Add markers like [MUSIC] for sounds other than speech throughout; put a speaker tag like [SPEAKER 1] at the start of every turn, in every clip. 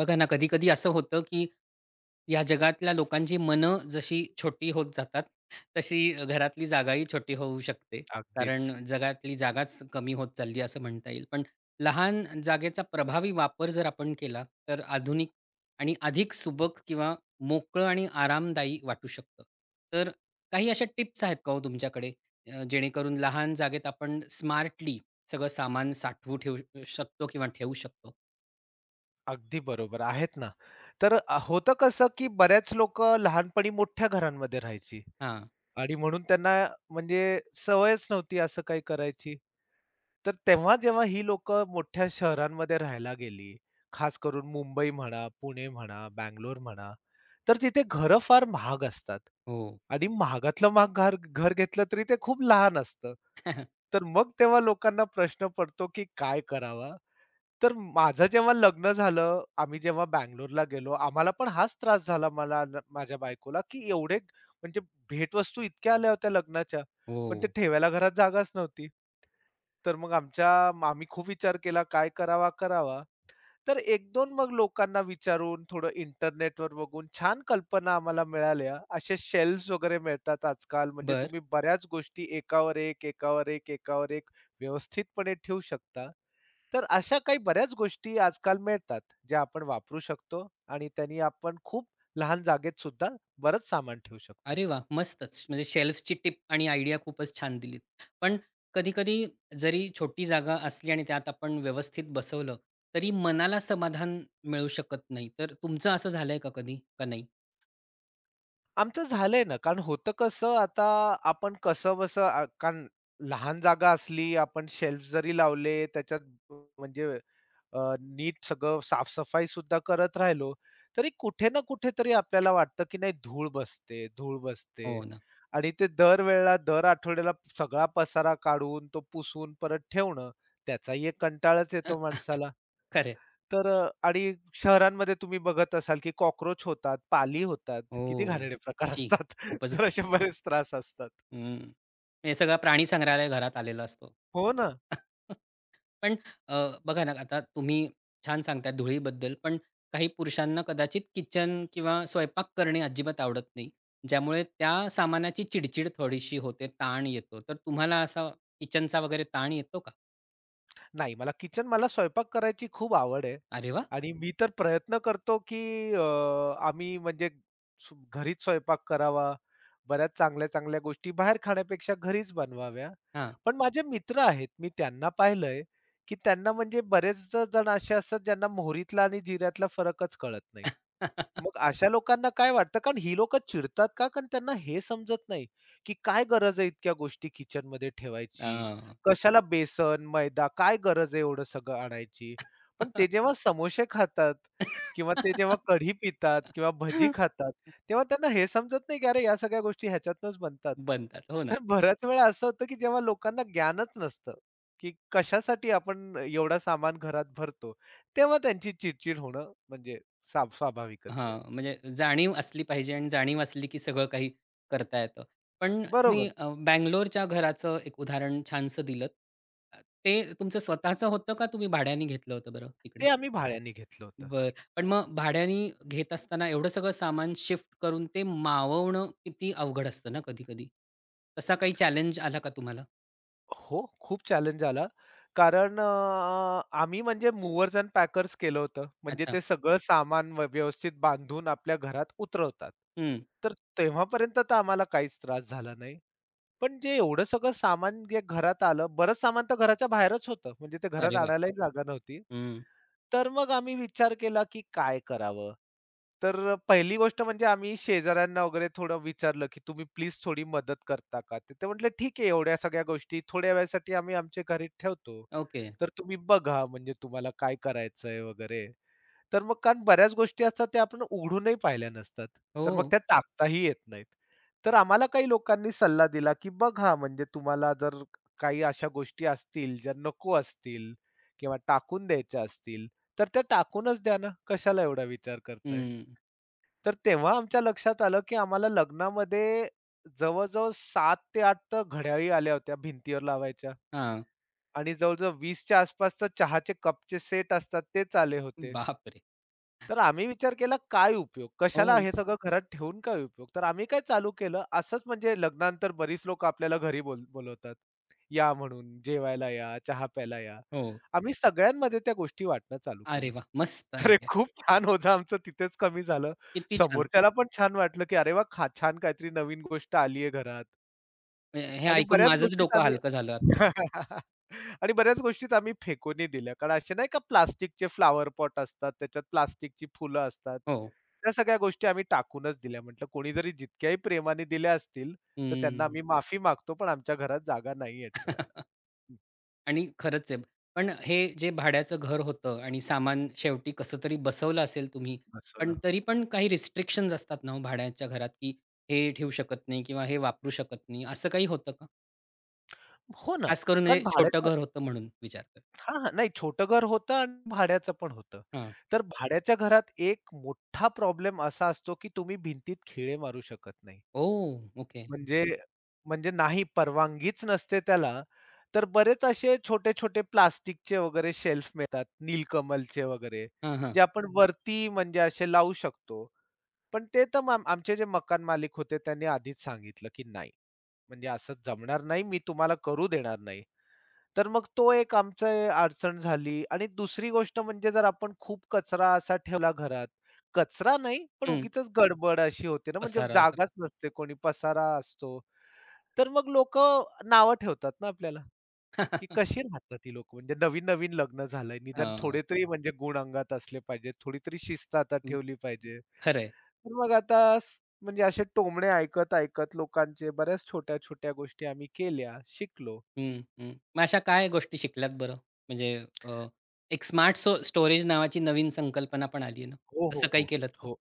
[SPEAKER 1] बघा ना, कधी-कधी असं होतं, की या जगातल्या लोकांची मनं जशी छोटी होत जातात, तशी घरातली जागाही छोटी होऊ शकते. कारण
[SPEAKER 2] अगदीच.
[SPEAKER 1] जगातली जागाच कमी होत चालली असं म्हणता येईल. पण लहान जागेचा प्रभावी वापर जर आपण केला, तर आधुनिक आणि अधिक सुबक किंवा मोकळं आणि आरामदायी वाटू शकतं. तर काही अशा टिप्स आहेत का हो तुमच्याकडे? जेणेकरून लहान जागेत आपण स्मार्टली सगळं सामान साठवू ठेवू शकतो?
[SPEAKER 2] अगदी बरोबर. आहेत ना. तर होतं कसं, की बऱ्याच लोकं लहानपणी मोठ्या घरांमध्ये राहायची
[SPEAKER 1] हां.
[SPEAKER 2] आणि म्हणून त्यांना म्हणजे सवयच नव्हती असं काही करायची. तर तेव्हा जेव्हा ही लोकं मोठ्या शहरांमध्ये राहायला गेली, खास करून मुंबई म्हणा, पुणे म्हणा, बंगलोर म्हणा, तर तिथे घरं फार महाग असतात
[SPEAKER 1] हो.
[SPEAKER 2] आणि महागातलं महाग घर घर घेतलं तरी ते खूप लहान असतं.
[SPEAKER 1] [LAUGHS]
[SPEAKER 2] तर मग तेव्हा लोकांना प्रश्न पडतो, की काय करावा? तर माझं जेव्हा लग्न झालं, आम्ही जेव्हा बंगलोरला गेलो, आम्हाला पण हाच त्रास झाला मला न माझ्या बायकोला, की एवढे म्हणजे भेटवस्तू इतक्या आल्या होत्या लग्नाच्या, पण ते
[SPEAKER 1] हो.
[SPEAKER 2] ठेवायला घरात जागाच नव्हती. तर मग आमच्या आम्ही खूप विचार केला काय करावा. तर एक दोन मग लोकांना विचारून, थोडं इंटरनेटवर बघून छान कल्पना आम्हाला मिळाल्या. असे शेल्स वगैरे मिळतात आजकाल, म्हणजे
[SPEAKER 1] बर.
[SPEAKER 2] तुम्ही बऱ्याच गोष्टी एकावर एक, एकावर एक, एकावर एक व्यवस्थितपणे ठेवू शकता. तर अशा काही बऱ्याच गोष्टी आजकाल मिळतात, ज्या आपण वापरू शकतो आणि त्यांनी आपण खूप लहान जागेत सुद्धा बरंच सामान ठेवू शकतो.
[SPEAKER 1] अरे वाह! मस्तच. म्हणजे शेल्फ्सची टिप आणि आयडिया खूपच छान दिलीत. पण कधी-कधी जरी छोटी जागा असली आणि त्यात आपण व्यवस्थित बसवलं, तरी मनाला समाधान मिळू शकत नाही. तर तुमचं असं झालंय का कधी? का नाही?
[SPEAKER 2] आमचं झालंय ना, कारण होतं कसं आता आपण कसंबसं कारण लहान जागा असली, आपण शेल्फ जरी लावले त्याच्यात म्हणजे नीट सगळं साफसफाई सुद्धा करत राहिलो, तरी कुठे ना कुठेतरी आपल्याला वाटतं, की नाही धूळ बसते, धूळ बसते
[SPEAKER 1] हो ना.
[SPEAKER 2] आणि ते दरवेळेला दर आठवड्याला सगळा पसारा काढून, तो पुसून परत ठेवणं, त्याचाही एक कंटाळाच येतो
[SPEAKER 1] [LAUGHS]
[SPEAKER 2] माणसाला.
[SPEAKER 1] खरं.
[SPEAKER 2] तर आणि शहरांमध्ये तुम्ही बघत असाल, की कॉकरोच होतात, पाली होतात. किती
[SPEAKER 1] हो.
[SPEAKER 2] घाणेरडे प्रकार
[SPEAKER 1] शी.
[SPEAKER 2] असतात.
[SPEAKER 1] खूपच
[SPEAKER 2] [LAUGHS] तर
[SPEAKER 1] घाण.
[SPEAKER 2] असे बरेच त्रास असतात.
[SPEAKER 1] हं. म्हणजे सगळा प्राणी संग्रहालय घरात आलेला असतो.
[SPEAKER 2] हो ना.
[SPEAKER 1] [LAUGHS] पण अ, बघा ना, आता तुम्ही छान सांगताय धुळीबद्दल, पण काही पुरुषांना कदाचित किचन किंवा स्वयंपाक करणे अजिबात आवडत नाही. ज्यामुळे त्या सामानाची चिडचिड थोडीशी होते, ताण येतो. तर तुम्हाला असा किचनचा वगैरे ताण येतो का?
[SPEAKER 2] नाही मला किचन मला स्वयंपाक करायची खूप आवड आहे
[SPEAKER 1] अरे वा.
[SPEAKER 2] आणि मी तर प्रयत्न करतो, की अ, आम्ही म्हणजे घरीच स्वयंपाक करावा. बऱ्याच चांगल्या-चांगल्या गोष्टी बाहेर खाण्यापेक्षा घरीच बनवाव्या.
[SPEAKER 1] हां.
[SPEAKER 2] पण माझे मित्र आहेत, मी त्यांना पाहिलंय, की त्यांना म्हणजे बरेच जण असे असतात ज्यांना मोहरीतला आणि जिऱ्यातला फरकच कळत नाही.
[SPEAKER 1] [LAUGHS]
[SPEAKER 2] मग अशा लोकांना काय वाटतं, कारण ही लोकं चिडतात का? कारण त्यांना हे समजत नाही, की काय गरज आहे इतक्या गोष्टी किचनमध्ये ठेवायची?
[SPEAKER 1] हां.
[SPEAKER 2] कशाला बेसन, मैदा, काय गरज आहे एवढं सगळं आणायची? पण ते जेव्हा समोसे खातात किंवा ते जेव्हा
[SPEAKER 1] [LAUGHS]
[SPEAKER 2] कढी पितात किंवा भजी खातात, तेव्हा त्यांना हे समजत नाही, की अरे या सगळ्या गोष्टी ह्याच्यातनंच बनतात.
[SPEAKER 1] बनतात. हो ना.
[SPEAKER 2] तर बऱ्याच वेळा असं होतं, की जेव्हा लोकांना ज्ञानच नसतं, की कशासाठी आपण एवढा सामान घरात भरतो, तेव्हा त्यांची चिडचिड होणं म्हणजे स्वाभाविकच आहे.
[SPEAKER 1] हां, म्हणजे जाणीव असली पाहिजे आणि जाणीव असली की सगळं काही करता येतं. पण
[SPEAKER 2] बरोबर.
[SPEAKER 1] तुम्ही बंगलोरच्या घराचं एक उदाहरण छानसं दिलंत. ते तुमचं स्वतःचं होतं का तुम्ही भाड्याने घेतलं होतं बरं तिकडे?
[SPEAKER 2] ते आम्ही भाड्याने घेतलं होतं.
[SPEAKER 1] बरं. पण मग भाड्याने घेत असताना एवढं सगळं सामान शिफ्ट करून ते माववणं किती अवघड असतं ना कधी-कधी. तसा काही चॅलेंज आला का तुम्हाला?
[SPEAKER 2] हो, खूप चॅलेंज आला. कारण आम्ही म्हणजे मूव्हर्स एंड पॅकर्स केलं होतं. म्हणजे
[SPEAKER 1] अच्छा.
[SPEAKER 2] ते सगळं सामान व्यवस्थित बांधून आपल्या घरात उतरवतात.
[SPEAKER 1] हं.
[SPEAKER 2] तर तेव्हापर्यंत तर आम्हाला काहीच त्रास झाला नाही. पण जे एवढं सगळं सामान जे घरात आलं, बरंच सामान तर घराच्या बाहेरच होतं. म्हणजे ते घरात
[SPEAKER 1] अरे बाप!
[SPEAKER 2] आणायलाही जागा नव्हती.
[SPEAKER 1] हं.
[SPEAKER 2] तर मग आम्ही विचार केला, की काय करावं? तर पहिली गोष्ट म्हणजे आम्ही शेजाऱ्यांना वगैरे थोडं विचारलं, की "तुम्ही प्लीज थोडी मदत करता का?" तर ते म्हटले, "ठीक आहे, एवढ्या सगळ्या गोष्टी थोड्या वेळासाठी आम्ही आमच्या घरी ठेवतो.
[SPEAKER 1] ओके.
[SPEAKER 2] तर तुम्ही बघा म्हणजे तुम्हाला काय करायचंय वगैरे." तर मग कारण बऱ्याच गोष्टी असतात त्या आपण उघडूनही पाहिल्या नसतात. तर मग
[SPEAKER 1] हो.
[SPEAKER 2] त्या टाकताही येत नाहीत. तर आम्हाला काही लोकांनी सल्ला दिला, की बघा म्हणजे तुम्हाला जर काही अशा गोष्टी असतील ज्या नको असतील किंवा टाकून द्यायच्या असतील, तर त्या टाकूनच द्या ना. कशाला एवढा विचार करताय?
[SPEAKER 1] हं.
[SPEAKER 2] तर तेव्हा आमच्या लक्षात आलं, की आम्हाला लग्नामध्ये जवळ-जवळ 7 ते 8 तर घड्याळी आल्या होत्या भिंतीवर लावायच्या
[SPEAKER 1] हां.
[SPEAKER 2] आणि जवळ-जवळ 20च्या आसपासचं चहाचे कपचे सेट असतात तेच आले होते.
[SPEAKER 1] बापरे!
[SPEAKER 2] तर आम्ही विचार केला काय उपयोग? कशाला
[SPEAKER 1] हो,
[SPEAKER 2] हे सगळं घरात ठेवून काय उपयोग? तर आम्ही काय चालू केलं असंच म्हणजे लग्नानंतर बरीच लोकं आपल्याला घरी बोलवतात. या म्हणून, जेवायला या, चहा प्यायला या.
[SPEAKER 1] हो.
[SPEAKER 2] आम्ही सगळ्यांमध्ये त्या गोष्टी वाटणं चालू
[SPEAKER 1] अरे
[SPEAKER 2] केलं.
[SPEAKER 1] वाह! मस्त
[SPEAKER 2] [LAUGHS] तर हे
[SPEAKER 1] आयडिया.
[SPEAKER 2] खूप छान होतं आमचं तिथेच कमी झालं.
[SPEAKER 1] किती छान!
[SPEAKER 2] समोरच्याला पण छान वाटलं, की अरे वाह! खा छान काहीतरी नवीन गोष्ट आली घरात.
[SPEAKER 1] हे हे
[SPEAKER 2] आणि
[SPEAKER 1] ऐकून
[SPEAKER 2] बऱ्याच
[SPEAKER 1] माझंच
[SPEAKER 2] गोष्टीत
[SPEAKER 1] डोकं
[SPEAKER 2] आम्ही
[SPEAKER 1] हलकं झालं. आत-
[SPEAKER 2] [LAUGHS] आणि बऱ्याच गोष्टीत आम्ही फेकूनही दिल्या. कारण असे नाही का प्लास्टिकचे फ्लॉवर पॉट असतात, त्याच्यात प्लास्टिकची फुलं असतात.
[SPEAKER 1] हो.
[SPEAKER 2] त्या सगळ्या गोष्टी आम्ही टाकूनच दिल्या. म्हटलं कोणी जरी जितक्याही प्रेमाने दिल्या असतील, तर त्यांना
[SPEAKER 1] हं.
[SPEAKER 2] आम्ही माफी मागतो, पण आमच्या घरात जागा नाहीये ठेवायला.
[SPEAKER 1] [LAUGHS]
[SPEAKER 2] हं.
[SPEAKER 1] आणि खरंच आहे. पण हे जे भाड्याचं घर होतं आणि सामान शेवटी कसं तरी बसवलं असेल तुम्ही. पण
[SPEAKER 2] बसवलं.
[SPEAKER 1] तरी पण काही रिस्ट्रिक्शन्स असतात ना हो भाड्याच्या घरात, की हे ठेवू शकत नाही किंवा हे वापरू शकत नाही. असं काही होतं का?
[SPEAKER 2] हो ना.
[SPEAKER 1] खास करून
[SPEAKER 2] कारण
[SPEAKER 1] म्हणजे छोटं
[SPEAKER 2] भाड्याचं
[SPEAKER 1] घर होतं म्हणून विचारतोय.
[SPEAKER 2] हां, हां. नाही छोटं घर होतं आणि भाड्याचं पण होतं.
[SPEAKER 1] हां.
[SPEAKER 2] तर भाड्याच्या घरात एक मोठा प्रॉब्लेम असा असतो, की तुम्ही भिंतीत खिळे मारू शकत नाही.
[SPEAKER 1] ओह! ओके.
[SPEAKER 2] म्हणजे म्हणजे नाही परवानगीच नसते त्याला, तर बरेच असे छोटे-छोटे प्लास्टिकचे वगैरे शेल्फ मिळतात, नीलकमलचे वगैरे,
[SPEAKER 1] हां, हां.
[SPEAKER 2] जे आपण वरती म्हणजे असे लावू शकतो. पण ते तर आमचे जे मकान मालिक होते त्यांनी आधीच सांगितलं, की नाही, म्हणजे असं जमणार नाही, मी तुम्हाला करू देणार नाही. तर मग तो एक आमची अडचण झाली आणि दुसरी गोष्ट म्हणजे जर आपण खूप कचरा असा ठेवला घरात, कचरा नाही पण
[SPEAKER 1] हं.
[SPEAKER 2] उगीचच गडबड अशी होते ना, म्हणजे
[SPEAKER 1] पसारा. तर.
[SPEAKER 2] जागाच नसते, कोणी पसारा असतो. तर मग लोक नावं ठेवतात ना आपल्याला, की
[SPEAKER 1] [LAUGHS]
[SPEAKER 2] कशी राहतात ती लोकं. म्हणजे नवीन-नवीन लग्न झालंय. निदान
[SPEAKER 1] हां.
[SPEAKER 2] थोडे तरी म्हणजे गुण अंगात असले पाहिजेत. थोडी तरी शिस्त आता
[SPEAKER 1] हं.
[SPEAKER 2] ठेवली पाहिजे. तर मग आता म्हणजे असे टोमणे ऐकत-ऐकत लोकांचे बऱ्याच छोट्या-छोट्या गोष्टी आम्ही केल्या, शिकलो.
[SPEAKER 1] हं, हं. मग अशा काय गोष्टी शिकल्यात बरं? म्हणजे अ, एक स्मार्ट स्टोरेज नावाची नवीन संकल्पना पण आली आहे ना?
[SPEAKER 2] हो,
[SPEAKER 1] तसं
[SPEAKER 2] हो,
[SPEAKER 1] काही
[SPEAKER 2] हो.
[SPEAKER 1] केलत का?
[SPEAKER 2] हो.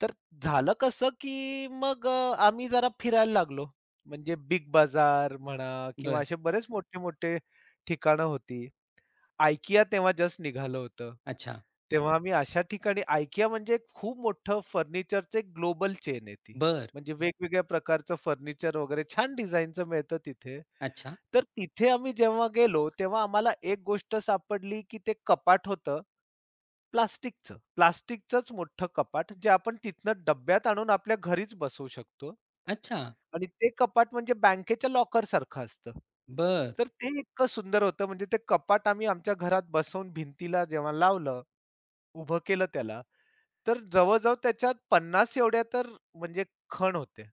[SPEAKER 2] तर झालं कसं, की मग आम्ही जरा फिरायला लागलो. म्हणजे बिग बाजार म्हणा किंवा
[SPEAKER 1] बर.
[SPEAKER 2] असे बरेच मोठे-मोठे ठिकाणं होती. IKEA तेव्हा जस्ट निघालं होतं.
[SPEAKER 1] अच्छा.
[SPEAKER 2] तेव्हा आम्ही अशा ठिकाणी IKEA म्हणजे एक खूप मोठं फर्निचरचं एक ग्लोबल चेन आहे ती.
[SPEAKER 1] बर.
[SPEAKER 2] म्हणजे वेगवेगळ्या प्रकारचं फर्निचर वगैरे छान डिझाइनचं मिळतं तिथे.
[SPEAKER 1] अच्छा.
[SPEAKER 2] तर तिथे आम्ही जेव्हा गेलो, तेव्हा आम्हाला एक गोष्ट सापडली, की ते कपाट होतं प्लास्टिकचं. प्लास्टिकचंच मोठं कपाट, जे आपण तिथनं डब्यात आणून आपल्या घरीच बसवू शकतो.
[SPEAKER 1] अच्छा.
[SPEAKER 2] आणि ते कपाट म्हणजे बँकेच्या लॉकरसारखं असतं.
[SPEAKER 1] बर.
[SPEAKER 2] तर ते इतकं सुंदर होतं म्हणजे ते कपाट आम्ही आमच्या घरात बसवून भिंतीला जेव्हा लावलं, उभं केलं त्याला, तर जवळ-जवळ त्याच्यात 50 एवढ्या तर म्हणजे खण होते.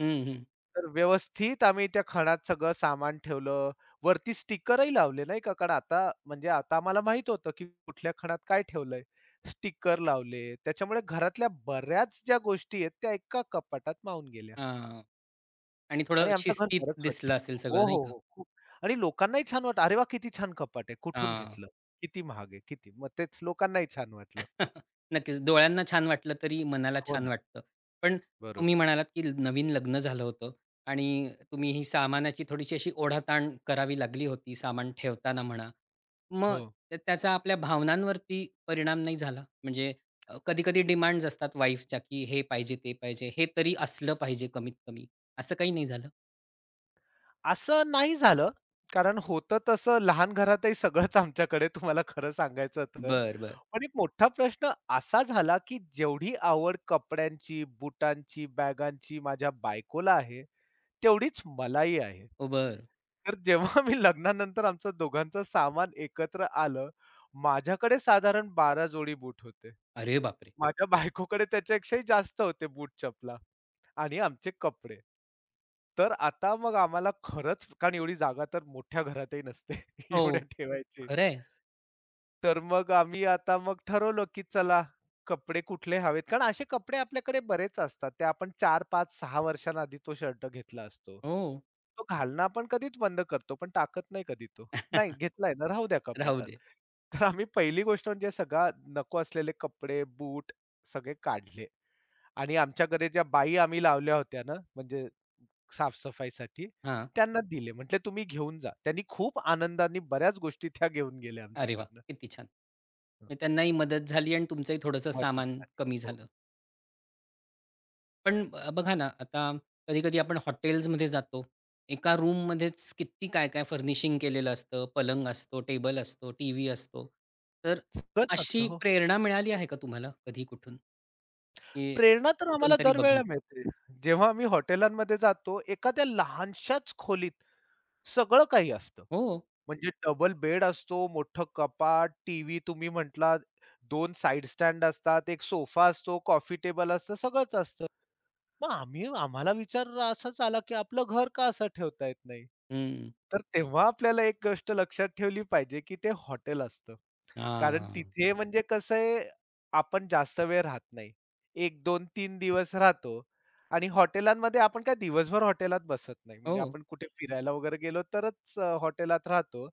[SPEAKER 1] हं, हं.
[SPEAKER 2] तर व्यवस्थित आम्ही त्या खणात सगळं सामान ठेवलं. वरती स्टिकरही लावले नाही का, कारण आता म्हणजे आता आम्हाला माहीत होतं, की कुठल्या खणात काय ठेवलंय. स्टिकर लावले. त्याच्यामुळे घरातल्या बऱ्याच ज्या गोष्टी आहेत त्या एका कपाटात मावून गेल्या.
[SPEAKER 1] हां. आणि
[SPEAKER 2] आणि
[SPEAKER 1] थोडं
[SPEAKER 2] आमचं घर
[SPEAKER 1] शिस्तीत
[SPEAKER 2] बरंच स्वच्छ
[SPEAKER 1] दिसलं असेल
[SPEAKER 2] हो,
[SPEAKER 1] सगळं नाही
[SPEAKER 2] हो,
[SPEAKER 1] का?
[SPEAKER 2] हो. खूप आणि लोकांनाही छान वाटलं. "अरे वाह! किती छान कपाट आहे. कुठून
[SPEAKER 1] हां.
[SPEAKER 2] घेतलं? किती महाग आहे? किती?" मग तेच लोकांनाही छान वाटलं.
[SPEAKER 1] [LAUGHS] नक्कीच. डोळ्यांना छान वाटलं तरी मनाला
[SPEAKER 2] हो
[SPEAKER 1] छान
[SPEAKER 2] ना.
[SPEAKER 1] वाटतं. पण
[SPEAKER 2] बरोबर.
[SPEAKER 1] तुम्ही म्हणालात, की नवीन लग्न झालं होतं आणि तुम्ही ही सामानाची थोडीशी अशी ओढाताण करावी लागली होती, सामान ठेवताना म्हणा. मग
[SPEAKER 2] हो.
[SPEAKER 1] त्याचा आपल्या भावनांवरती परिणाम नाही झाला? म्हणजे कधी-कधी डिमांड्स असतात वाईफच्या, की हे पाहिजे, ते पाहिजे, हे तरी असलं पाहिजे कमीत कमी. असं काही नाही झालं?
[SPEAKER 2] असं नाही झालं. कारण होतं तसं लहान घरातही सगळंच आमच्याकडे तुम्हाला खरं सांगायचं तर.
[SPEAKER 1] बरं, बरं.
[SPEAKER 2] पण एक मोठा प्रश्न असा झाला, की जेवढी आवड कपड्यांची, बुटांची, बॅगांची माझ्या बायकोला आहे, तेवढीच मलाही आहे.
[SPEAKER 1] ओ बरं.
[SPEAKER 2] तर जेव्हा मी लग्नानंतर आमचं दोघांचं सामान एकत्र आलं, माझ्याकडे साधारण 12 जोडी बूट होते.
[SPEAKER 1] अरे बापरे!
[SPEAKER 2] माझ्या बायकोकडे त्याच्यापेक्षाही जास्त होते बूट चपला आणि आमचे कपडे. तर आता मग आम्हाला खरंच कारण एवढी जागा तर मोठ्या घरातही नसते [LAUGHS]
[SPEAKER 1] हो.
[SPEAKER 2] एवढ्या ठेवायची.
[SPEAKER 1] खरं.
[SPEAKER 2] तर मग आम्ही आता मग ठरवलं, की चला कपडे कुठले हवेत. कारण असे कपडे आपल्याकडे बरेच असतात. ते आपण 4, 5, 6 वर्षांआधी तो शर्ट घेतला असतो.
[SPEAKER 1] हो.
[SPEAKER 2] तो घालणं आपण कधीच बंद करतो, पण टाकत नाही कधी तो. नाही
[SPEAKER 1] [LAUGHS]
[SPEAKER 2] घेतलाय ना, राहू द्या
[SPEAKER 1] राहू
[SPEAKER 2] कपाटात.
[SPEAKER 1] दे.
[SPEAKER 2] [LAUGHS] तर आम्ही पहिली गोष्ट म्हणजे सगळा नको असलेले कपडे, बूट सगळे काढले आणि आमच्याकडे ज्या बाई आम्ही लावल्या होत्या ना, म्हणजे साफ त्यांना दिले. म्हटले, "तुम्ही घेऊन जा." त्यांनी खूप आनंदाने बऱ्याच गोष्टी त्या घेऊन गेल्या
[SPEAKER 1] अरे वाह!
[SPEAKER 2] आमच्याकडनं.
[SPEAKER 1] किती छान. म्हणजे त्यांनाही मदत झाली आणि तुमचंही थोडंसं
[SPEAKER 2] मदत
[SPEAKER 1] सामान
[SPEAKER 2] झाली.
[SPEAKER 1] कमी
[SPEAKER 2] हो.
[SPEAKER 1] झालं. पण बघा ना, आता कधी-कधी आपण हॉटेल्समध्ये जातो. एका रूममध्येच किती काय-काय फर्निशिंग केलेलं असतं. पलंग असतो, टेबल असतो, टीव्ही असतो. तर
[SPEAKER 2] सगळंच असतं
[SPEAKER 1] अशी
[SPEAKER 2] हो.
[SPEAKER 1] प्रेरणा मिळाली आहे का तुम्हाला कधी कुठून? की
[SPEAKER 2] प्रेरणा तर
[SPEAKER 1] कुठून
[SPEAKER 2] आम्हाला
[SPEAKER 1] तरी
[SPEAKER 2] दरवेळेला
[SPEAKER 1] बघून?
[SPEAKER 2] मिळते. जेव्हा आम्ही हॉटेलांमध्ये जातो, एखाद्या लहानशाच खोलीत सगळं काही असतं.
[SPEAKER 1] हो.
[SPEAKER 2] म्हणजे डबल बेड असतो, मोठं कपाट, टीव्ही तुम्ही म्हटलात, दोन साइड स्टँड असतात, एक सोफा असतो, कॉफी टेबल असतं, सगळंच असतं. मग आम्ही आम्हाला विचार असाच आला, की आपलं घर का असं ठेवता येत नाही?
[SPEAKER 1] हं.
[SPEAKER 2] तर तेव्हा आपल्याला एक गोष्ट लक्षात ठेवली पाहिजे, की ते हॉटेल असतं. कारण
[SPEAKER 1] हां.
[SPEAKER 2] तिथे म्हणजे कसं आहे, आपण जास्त वेळ राहत नाही. 1, 2, 3 दिवस राहतो आणि हॉटेलांमध्ये आपण काय दिवसभर हॉटेलात बसत नाही. म्हणजे
[SPEAKER 1] हो.
[SPEAKER 2] आपण कुठे फिरायला वगैरे गेलो तरच हॉटेलात राहतो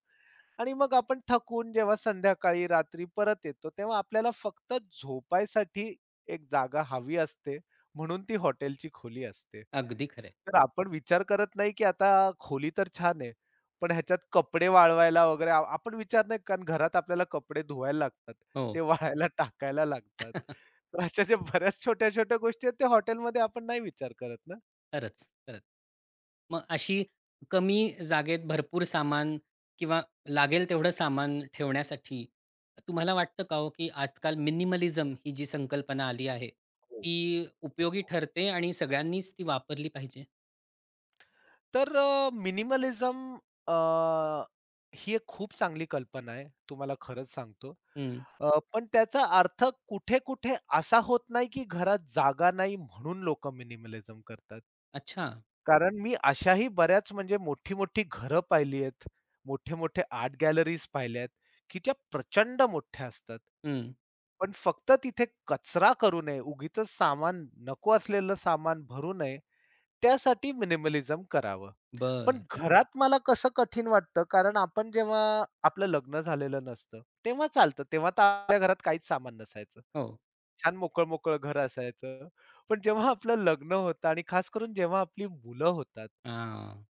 [SPEAKER 2] आणि मग आपण थकून जेव्हा संध्याकाळी, रात्री परत येतो, तेव्हा आपल्याला फक्त झोपायसाठी एक जागा हवी असते, म्हणून ती हॉटेलची खोली असते.
[SPEAKER 1] अगदी खरं.
[SPEAKER 2] तर आपण विचार करत नाही, की आता खोली तर छान आहे. पण ह्याच्यात कपडे वाळवायला वगैरे आपण विचार नाही कारण घरात आपल्याला कपडे धुवायला लागतात. ते
[SPEAKER 1] हो.
[SPEAKER 2] वाळायला टाकायला लागतात.
[SPEAKER 1] [LAUGHS]
[SPEAKER 2] तर अशा ज्या बऱ्याच छोट्या-छोट्या गोष्टी आहेत, त्या हॉटेलमध्ये आपण नाही विचार करत ना.
[SPEAKER 1] खरंच, खरंच. मग अशी कमी जागेत भरपूर सामान किंवा लागेल तेवढं सामान ठेवण्यासाठी तुम्हाला वाटतं का हो, की आजकाल मिनिमलिझम ही जी संकल्पना आली आहे,
[SPEAKER 2] हो,
[SPEAKER 1] ती
[SPEAKER 2] हो,
[SPEAKER 1] उपयोगी
[SPEAKER 2] हो, हो.
[SPEAKER 1] ठरते आणि सगळ्यांनीच ती वापरली पाहिजे?
[SPEAKER 2] तर मिनिमलिझम ही एक खूप चांगली कल्पना आहे. तुम्हाला खरंच सांगतो.
[SPEAKER 1] हं.
[SPEAKER 2] पण त्याचा अर्थ कुठे-कुठे असा होत नाही, की घरात जागा नाही म्हणून लोकं मिनिमलिझम करतात.
[SPEAKER 1] अच्छा.
[SPEAKER 2] कारण मी अशाही बऱ्याच म्हणजे मोठी-मोठी घरं पाहिली आहेत, मोठे-मोठे आर्ट गॅलरीज पाहिल्यात, की त्या प्रचंड मोठ्या असतात.
[SPEAKER 1] हं.
[SPEAKER 2] पण फक्त तिथे कचरा करू नये, उगीचच सामान नको असलेलं सामान भरू नये, त्यासाठी मिनिमलिझम करावं. पण
[SPEAKER 1] बरं.
[SPEAKER 2] घरात मला कसं कठीण वाटतं, कारण आपण जेव्हा आपलं लग्न झालेलं नसतं, तेव्हा चालतं. तेव्हा तर आपल्या घरात काहीच सामान नसायचं.
[SPEAKER 1] हो.
[SPEAKER 2] छान मोकळं-मोकळं घर असायचं. पण जेव्हा आपलं लग्न होतं आणि खास करून जेव्हा आपली मुलं होतात
[SPEAKER 1] हां.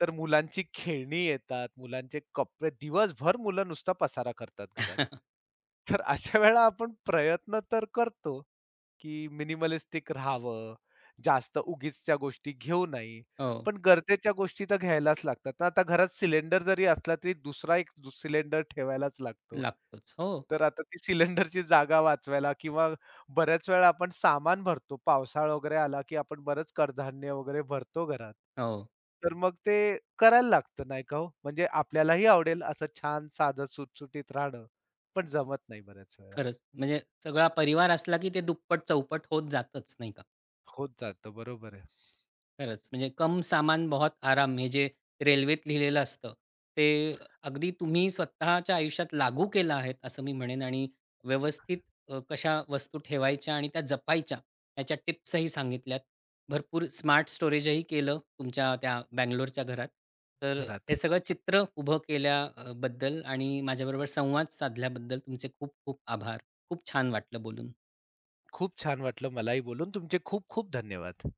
[SPEAKER 2] तर मुलांची खेळणी येतात, मुलांचे कपडे, दिवसभर मुलं नुसता पसारा करतात घरात.
[SPEAKER 1] [LAUGHS]
[SPEAKER 2] तर अशा वेळेला आपण प्रयत्न तर करतो, की मिनिमलिस्टिक राहावं, जास्त उगीचच्या गोष्टी घेऊ नाही.
[SPEAKER 1] हो.
[SPEAKER 2] पण गरजेच्या गोष्टी तर घ्यायलाच लागतात. ना. आता घरात सिलेंडर जरी असला तरी दुसरा एक सिलेंडर ठेवायलाच लागतो.
[SPEAKER 1] लागतोच. हो.
[SPEAKER 2] तर आता ती सिलेंडरची जागा वाचवायला किंवा बऱ्याच वेळा आपण सामान भरतो. पावसाळा वगैरे आला, की आपण बरंच कडधान्य वगैरे भरतो घरात.
[SPEAKER 1] हो.
[SPEAKER 2] तर मग ते करायला लागतं नाही का हो? म्हणजे आपल्यालाही आवडेल असं छान साधं सुटसुटीत राहणं, पण जमत नाही बऱ्याच वेळा.
[SPEAKER 1] खरंच. म्हणजे सगळा परिवार असला की ते दुप्पट-चौपट होत जातच नाही का?
[SPEAKER 2] होत जातं. बरोबर आहे.
[SPEAKER 1] खरंच. म्हणजे "कम सामान बहुत आराम" हे जे रेल्वेत लिहिलेलं असतं, ते अगदी तुम्ही स्वतःच्या आयुष्यात लागू केलं आहे असं मी म्हणेन आणि व्यवस्थित कशा वस्तू ठेवायच्या आणि त्या जपायच्या ह्याच्या टिप्सही सांगितल्यात. भरपूर स्मार्ट स्टोरेजही केलं तुमच्या त्या बंगलोरच्या घरात. तर
[SPEAKER 2] घरात.
[SPEAKER 1] हे सगळं चित्र उभं केल्या आणि माझ्याबरोबर संवाद साधल्याबद्दल तुमचे खूप खूप आभार. खूप छान वाटलं बोलून.
[SPEAKER 2] खूप छान वाटलं मलाही बोलून. तुमचे खूप खूप धन्यवाद.